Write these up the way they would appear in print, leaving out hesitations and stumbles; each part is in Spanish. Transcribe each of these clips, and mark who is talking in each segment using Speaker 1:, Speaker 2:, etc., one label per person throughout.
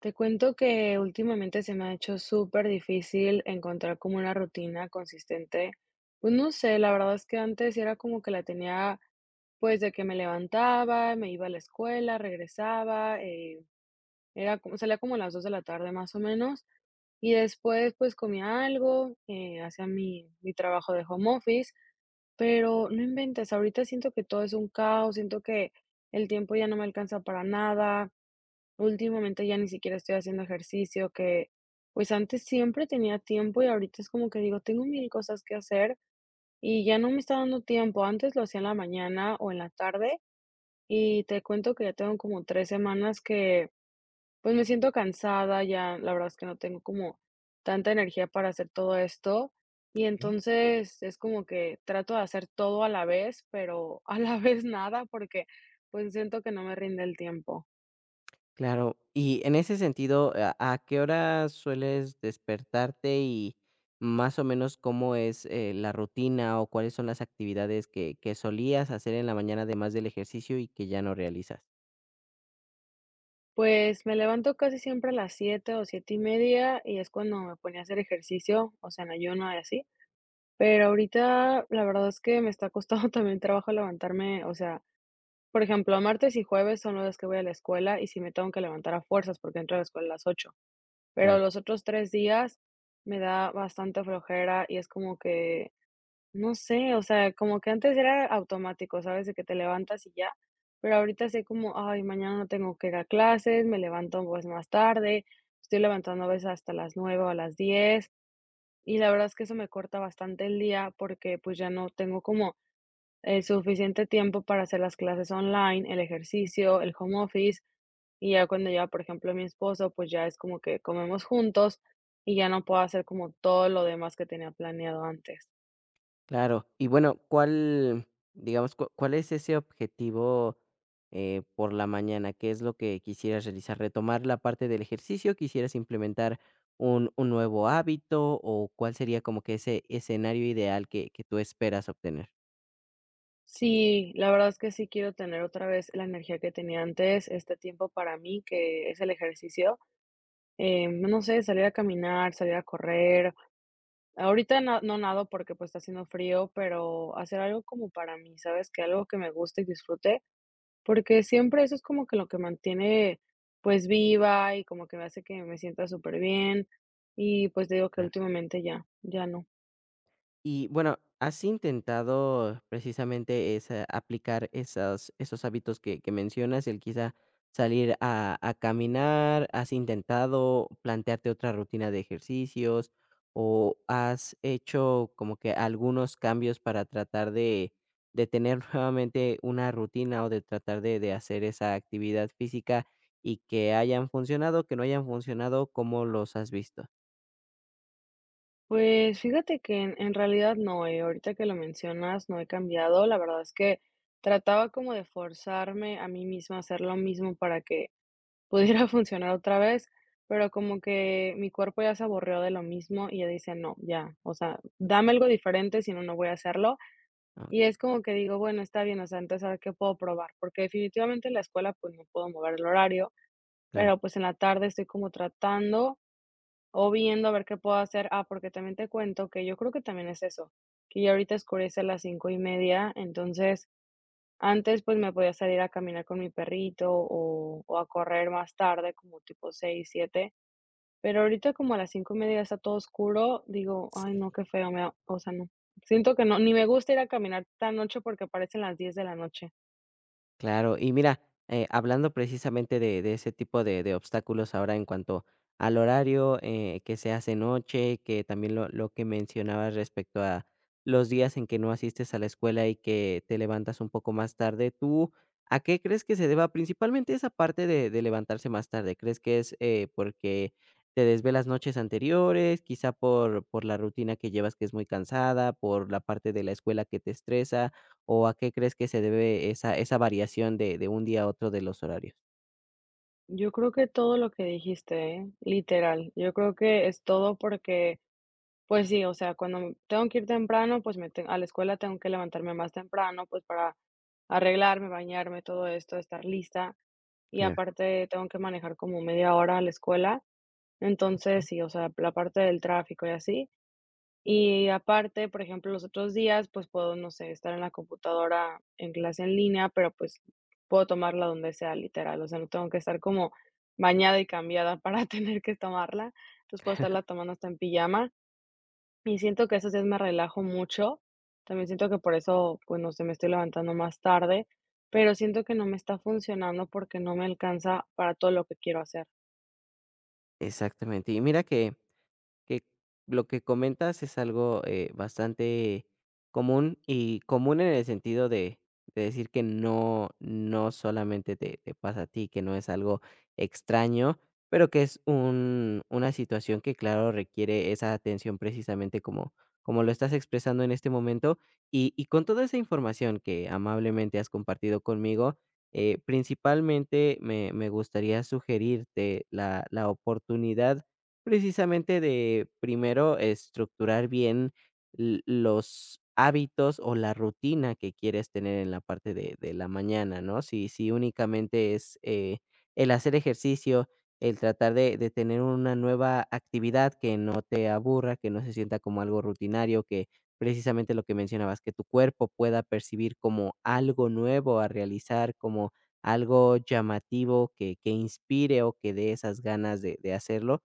Speaker 1: Te cuento que últimamente se me ha hecho súper difícil encontrar como una rutina consistente. Pues no sé, la verdad es que antes era como que la tenía, pues de que me levantaba, me iba a la escuela, regresaba, era como, salía como a las 2 de la tarde más o menos, y después pues comía algo, hacía mi trabajo de home office, pero no inventes, ahorita siento que todo es un caos, siento que el tiempo ya no me alcanza para nada. Últimamente ya ni siquiera estoy haciendo ejercicio, que pues antes siempre tenía tiempo y ahorita es como que digo, tengo mil cosas que hacer y ya no me está dando tiempo. Antes lo hacía en la mañana o en la tarde y te cuento que ya tengo como 3 semanas que pues me siento cansada, ya la verdad es que no tengo como tanta energía para hacer todo esto y
Speaker 2: Okey,
Speaker 1: entonces es como que trato de hacer todo a la vez, pero a la vez nada porque pues siento que no me rinde el tiempo.
Speaker 2: claro. Y en ese sentido, ¿a qué hora sueles despertarte? Y más o menos, ¿cómo es, la rutina o cuáles son las actividades que solías hacer en la mañana, además del ejercicio y que ya no realizas?
Speaker 1: Pues me levanto casi siempre a las 7 o 7:30 y es cuando me ponía a hacer ejercicio, o sea, en ayuno y así. Pero ahorita la verdad es que me está costando también trabajo levantarme, o sea, por ejemplo, martes y jueves son los días que voy a la escuela y sí me tengo que levantar a fuerzas porque entro a la escuela a las 8. Pero los otros 3 días me da bastante flojera y es como que no sé, o sea, como que antes era automático, ¿sabes? De que te levantas y ya, pero ahorita sé como, ay, mañana no tengo que ir a clases, me levanto pues más tarde, estoy levantando a veces hasta las 9 o a las 10 y la verdad es que eso me corta bastante el día porque pues ya no tengo como el suficiente tiempo para hacer las clases online, el ejercicio, el home office. Y ya cuando ya, por ejemplo, mi esposo, pues ya es como que comemos juntos y ya no puedo hacer como todo lo demás que tenía planeado antes.
Speaker 2: Claro. Y bueno, ¿cuál, digamos, cuál es ese objetivo por la mañana? ¿Qué es lo que quisieras realizar? ¿Retomar la parte del ejercicio? ¿Quisieras implementar un nuevo hábito? ¿O cuál sería como que ese escenario ideal que tú esperas obtener?
Speaker 1: Sí, la verdad es que sí quiero tener otra vez la energía que tenía antes, este tiempo para mí, que es el ejercicio. No sé, salir a caminar, salir a correr. Ahorita no, no nado porque pues está haciendo frío, pero hacer algo como para mí, ¿sabes? Que algo que me guste y disfrute, porque siempre eso es como que lo que mantiene pues viva y como que me hace que me sienta súper bien. Y pues te digo que últimamente ya, ya no.
Speaker 2: Y bueno, ¿has intentado precisamente esa, aplicar esas, esos hábitos que mencionas, el quizá salir a caminar? ¿Has intentado plantearte otra rutina de ejercicios? ¿O has hecho como que algunos cambios para tratar de tener nuevamente una rutina o de tratar de hacer esa actividad física y que hayan funcionado, que no hayan funcionado, cómo los has visto?
Speaker 1: Pues fíjate que en realidad no, ahorita que lo mencionas no he cambiado, la verdad es que trataba como de forzarme a mí misma a hacer lo mismo para que pudiera funcionar otra vez, pero como que mi cuerpo ya se aburrió de lo mismo y ya dice, no, ya, o sea, dame algo diferente, si no, no voy a hacerlo.
Speaker 2: Ah,
Speaker 1: Y es como que digo, bueno, está bien, o sea, antes a ver qué puedo probar, porque definitivamente en la escuela pues no puedo mover el horario,
Speaker 2: claro.
Speaker 1: pero pues en la tarde estoy como tratando. O viendo a ver qué puedo hacer. Ah, porque también te cuento que yo creo que también es eso, que ya ahorita oscurece a las 5:30 entonces, antes, pues, me podía salir a caminar con mi perrito o a correr más tarde, como tipo 6 siete, pero ahorita como a las 5:30 está todo oscuro, digo: "Ay, no, qué feo", me da o sea, no. Siento que no, ni me gusta ir a caminar tan noche porque aparecen las 10 de la noche.
Speaker 2: Claro, y mira, hablando precisamente de ese tipo de obstáculos ahora en cuanto al horario, que se hace noche, que también lo que mencionabas respecto a los días en que no asistes a la escuela y que te levantas un poco más tarde, ¿tú a qué crees que se deba principalmente esa parte de levantarse más tarde? ¿Crees que es porque te desvelas noches anteriores, quizá por la rutina que llevas que es muy cansada, por la parte de la escuela que te estresa? ¿O a qué crees que se debe esa variación de un día a otro de los horarios?
Speaker 1: Yo creo que todo lo que dijiste, ¿eh? Literal. Yo creo que es todo porque, pues sí, o sea, cuando tengo que ir temprano, pues a la escuela tengo que levantarme más temprano, pues para arreglarme, bañarme, todo esto, estar lista. Y
Speaker 2: Claro,
Speaker 1: aparte tengo que manejar como media hora a la escuela.
Speaker 2: okey.
Speaker 1: Entonces, sí, o sea, la parte del tráfico y así. Y aparte, por ejemplo, los otros días, pues puedo, no sé, estar en la computadora en clase en línea, pero pues puedo tomarla donde sea, literal. O sea, no tengo que estar como bañada y cambiada para tener que tomarla. Entonces puedo estarla tomando hasta en pijama. Y siento que esos días me relajo mucho. También siento que por eso, pues no sé, me estoy levantando más tarde, pero siento que no me está funcionando porque no me alcanza para todo lo que quiero hacer.
Speaker 2: Exactamente. Y mira que que lo que comentas es algo, bastante común y común en el sentido de decir que no solamente te pasa a ti, que no es algo extraño, pero que es un una situación que, claro, requiere esa atención precisamente como como lo estás expresando en este momento. Y con toda esa información que amablemente has compartido conmigo, principalmente me gustaría sugerirte la oportunidad precisamente de primero estructurar bien l los hábitos o la rutina que quieres tener en la parte de la mañana, ¿no? Si únicamente es, el hacer ejercicio, el tratar de tener una nueva actividad que no te aburra, que no se sienta como algo rutinario, que precisamente lo que mencionabas, que tu cuerpo pueda percibir como algo nuevo a realizar, como algo llamativo que inspire o que dé esas ganas de hacerlo.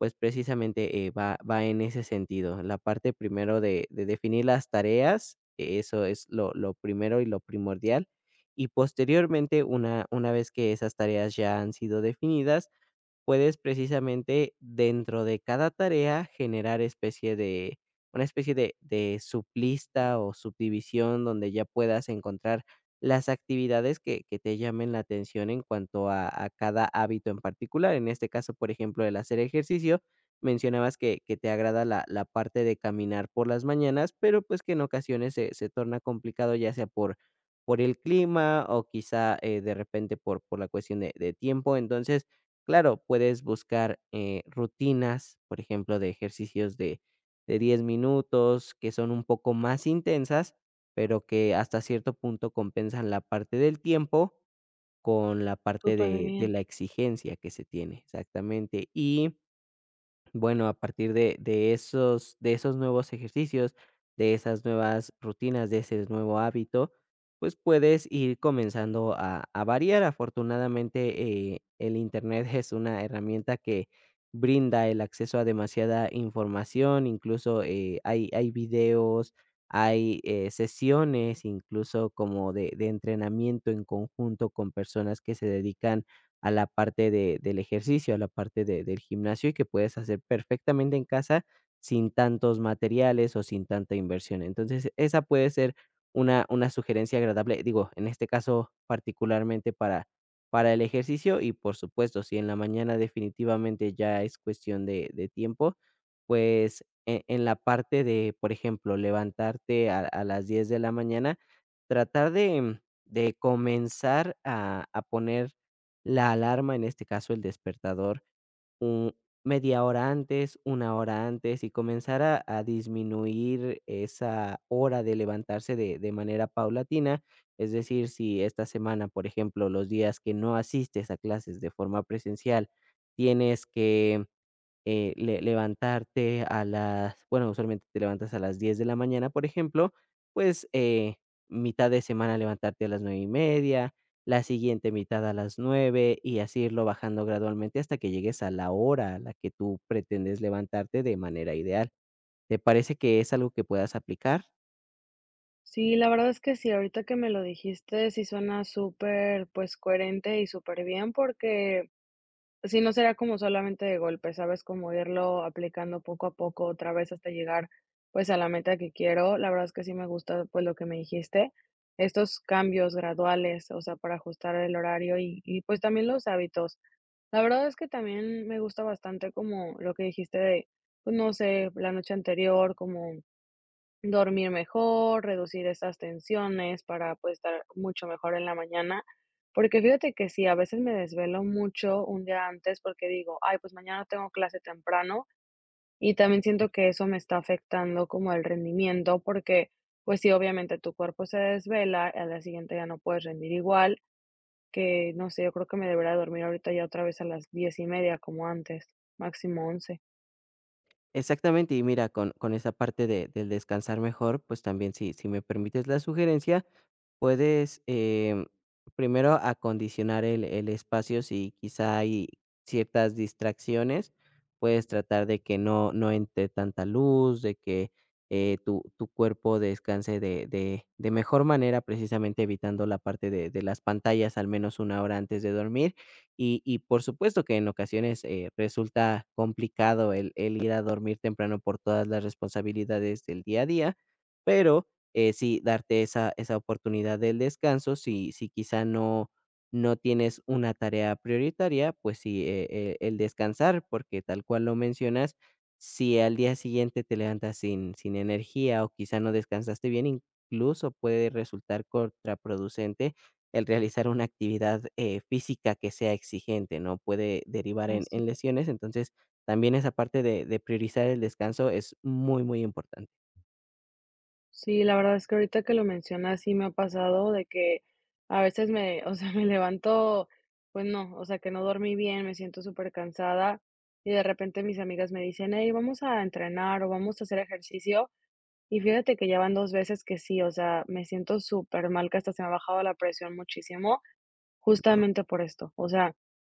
Speaker 2: Pues precisamente, va en ese sentido. La parte primero de definir las tareas, eso es lo primero y lo primordial. Y posteriormente, una vez que esas tareas ya han sido definidas, puedes precisamente dentro de cada tarea generar especie de una especie de sublista o subdivisión donde ya puedas encontrar las actividades que te llamen la atención en cuanto a cada hábito en particular. En este caso, por ejemplo, el hacer ejercicio, mencionabas que te agrada la, la parte de caminar por las mañanas, pero pues que en ocasiones se, se torna complicado ya sea por el clima o quizá de repente por la cuestión de tiempo. Entonces, claro, puedes buscar, rutinas, por ejemplo, de ejercicios de 10 minutos, que son un poco más intensas, pero que hasta cierto punto compensan la parte del tiempo con la parte
Speaker 1: Súper
Speaker 2: de
Speaker 1: bien.
Speaker 2: la exigencia que se tiene, exactamente. Y bueno, a partir de esos de esos nuevos ejercicios, de esas nuevas rutinas, de ese nuevo hábito, pues, puedes ir comenzando a variar. Afortunadamente, el Internet es una herramienta que brinda el acceso a demasiada información, incluso, hay videos, hay, sesiones, incluso como de entrenamiento en conjunto con personas que se dedican a la parte de del ejercicio, a la parte de del gimnasio, y que puedes hacer perfectamente en casa sin tantos materiales o sin tanta inversión. Entonces, esa puede ser una sugerencia agradable, digo, en este caso, particularmente para el ejercicio y, por supuesto, si en la mañana definitivamente ya es cuestión de tiempo, pues, en la parte de, por ejemplo, levantarte a las 10 de la mañana, tratar de comenzar a poner la alarma, en este caso el despertador, un media hora antes, una hora antes y comenzar a disminuir esa hora de levantarse de manera paulatina. Es decir, si esta semana, por ejemplo, los días que no asistes a clases de forma presencial, tienes que le levantarte a las bueno, usualmente te levantas a las 10 de la mañana, por ejemplo, pues, mitad de semana levantarte a las 9 y media, la siguiente mitad a las 9 y así irlo bajando gradualmente hasta que llegues a la hora a la que tú pretendes levantarte de manera ideal. ¿Te parece que es algo que puedas aplicar?
Speaker 1: Sí, la verdad es que sí, ahorita que me lo dijiste, sí suena súper, pues, coherente y súper bien, porque si no será como solamente de golpe, ¿sabes? Como irlo aplicando poco a poco otra vez hasta llegar, pues, a la meta que quiero. La verdad es que sí me gusta, pues, lo que me dijiste, estos cambios graduales, o sea, para ajustar el horario y, pues, también los hábitos. La verdad es que también me gusta bastante como lo que dijiste de, pues, no sé, la noche anterior, como dormir mejor, reducir esas tensiones para, pues, estar mucho mejor en la mañana, porque fíjate que sí, a veces me desvelo mucho un día antes porque digo: "Ay, pues mañana tengo clase temprano", y también siento que eso me está afectando como el rendimiento, porque, pues sí, obviamente tu cuerpo se desvela, al día siguiente ya no puedes rendir igual, que no sé, yo creo que me debería dormir ahorita ya otra vez a las 10:30 como antes, máximo 11.
Speaker 2: Exactamente, y mira, con esa parte de del descansar mejor, pues, también si me permites la sugerencia, puedes, primero acondicionar el espacio, si quizá hay ciertas distracciones, puedes tratar de que no entre tanta luz, de que, tu cuerpo descanse de mejor manera, precisamente evitando la parte de las pantallas al menos una hora antes de dormir. Y por supuesto que en ocasiones, resulta complicado el ir a dormir temprano por todas las responsabilidades del día a día, pero sí, darte esa oportunidad del descanso, si quizá no tienes una tarea prioritaria, pues sí, el descansar, porque tal cual lo mencionas, si al día siguiente te levantas sin energía o quizá no descansaste bien, incluso puede resultar contraproducente el realizar una actividad, física que sea exigente, ¿no? Puede derivar
Speaker 1: Así.
Speaker 2: en lesiones, entonces, también esa parte de priorizar el descanso es muy, muy importante.
Speaker 1: Sí, la verdad es que ahorita que lo mencionas, sí me ha pasado de que a veces me, o sea, me levanto, pues no, o sea, que no dormí bien, me siento súper cansada y de repente mis amigas me dicen, hey, vamos a entrenar o vamos a hacer ejercicio. Y fíjate que ya van dos veces que sí, o sea, me siento súper mal, que hasta se me ha bajado la presión muchísimo. Justamente por esto, o sea,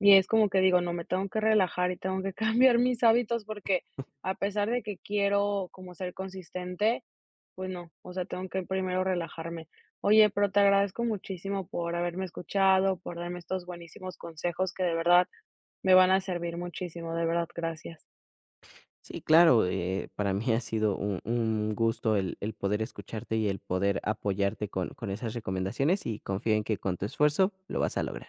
Speaker 1: y es como que digo: "No, me tengo que relajar y tengo que cambiar mis hábitos", porque a pesar de que quiero como ser consistente, pues no, o sea, tengo que primero relajarme. Oye, pero te agradezco muchísimo por haberme escuchado, por darme estos buenísimos consejos que de verdad me van a servir muchísimo, de verdad, gracias.
Speaker 2: Sí, claro, para mí ha sido un gusto el poder escucharte y el poder apoyarte con esas recomendaciones y confío en que con tu esfuerzo lo vas a lograr.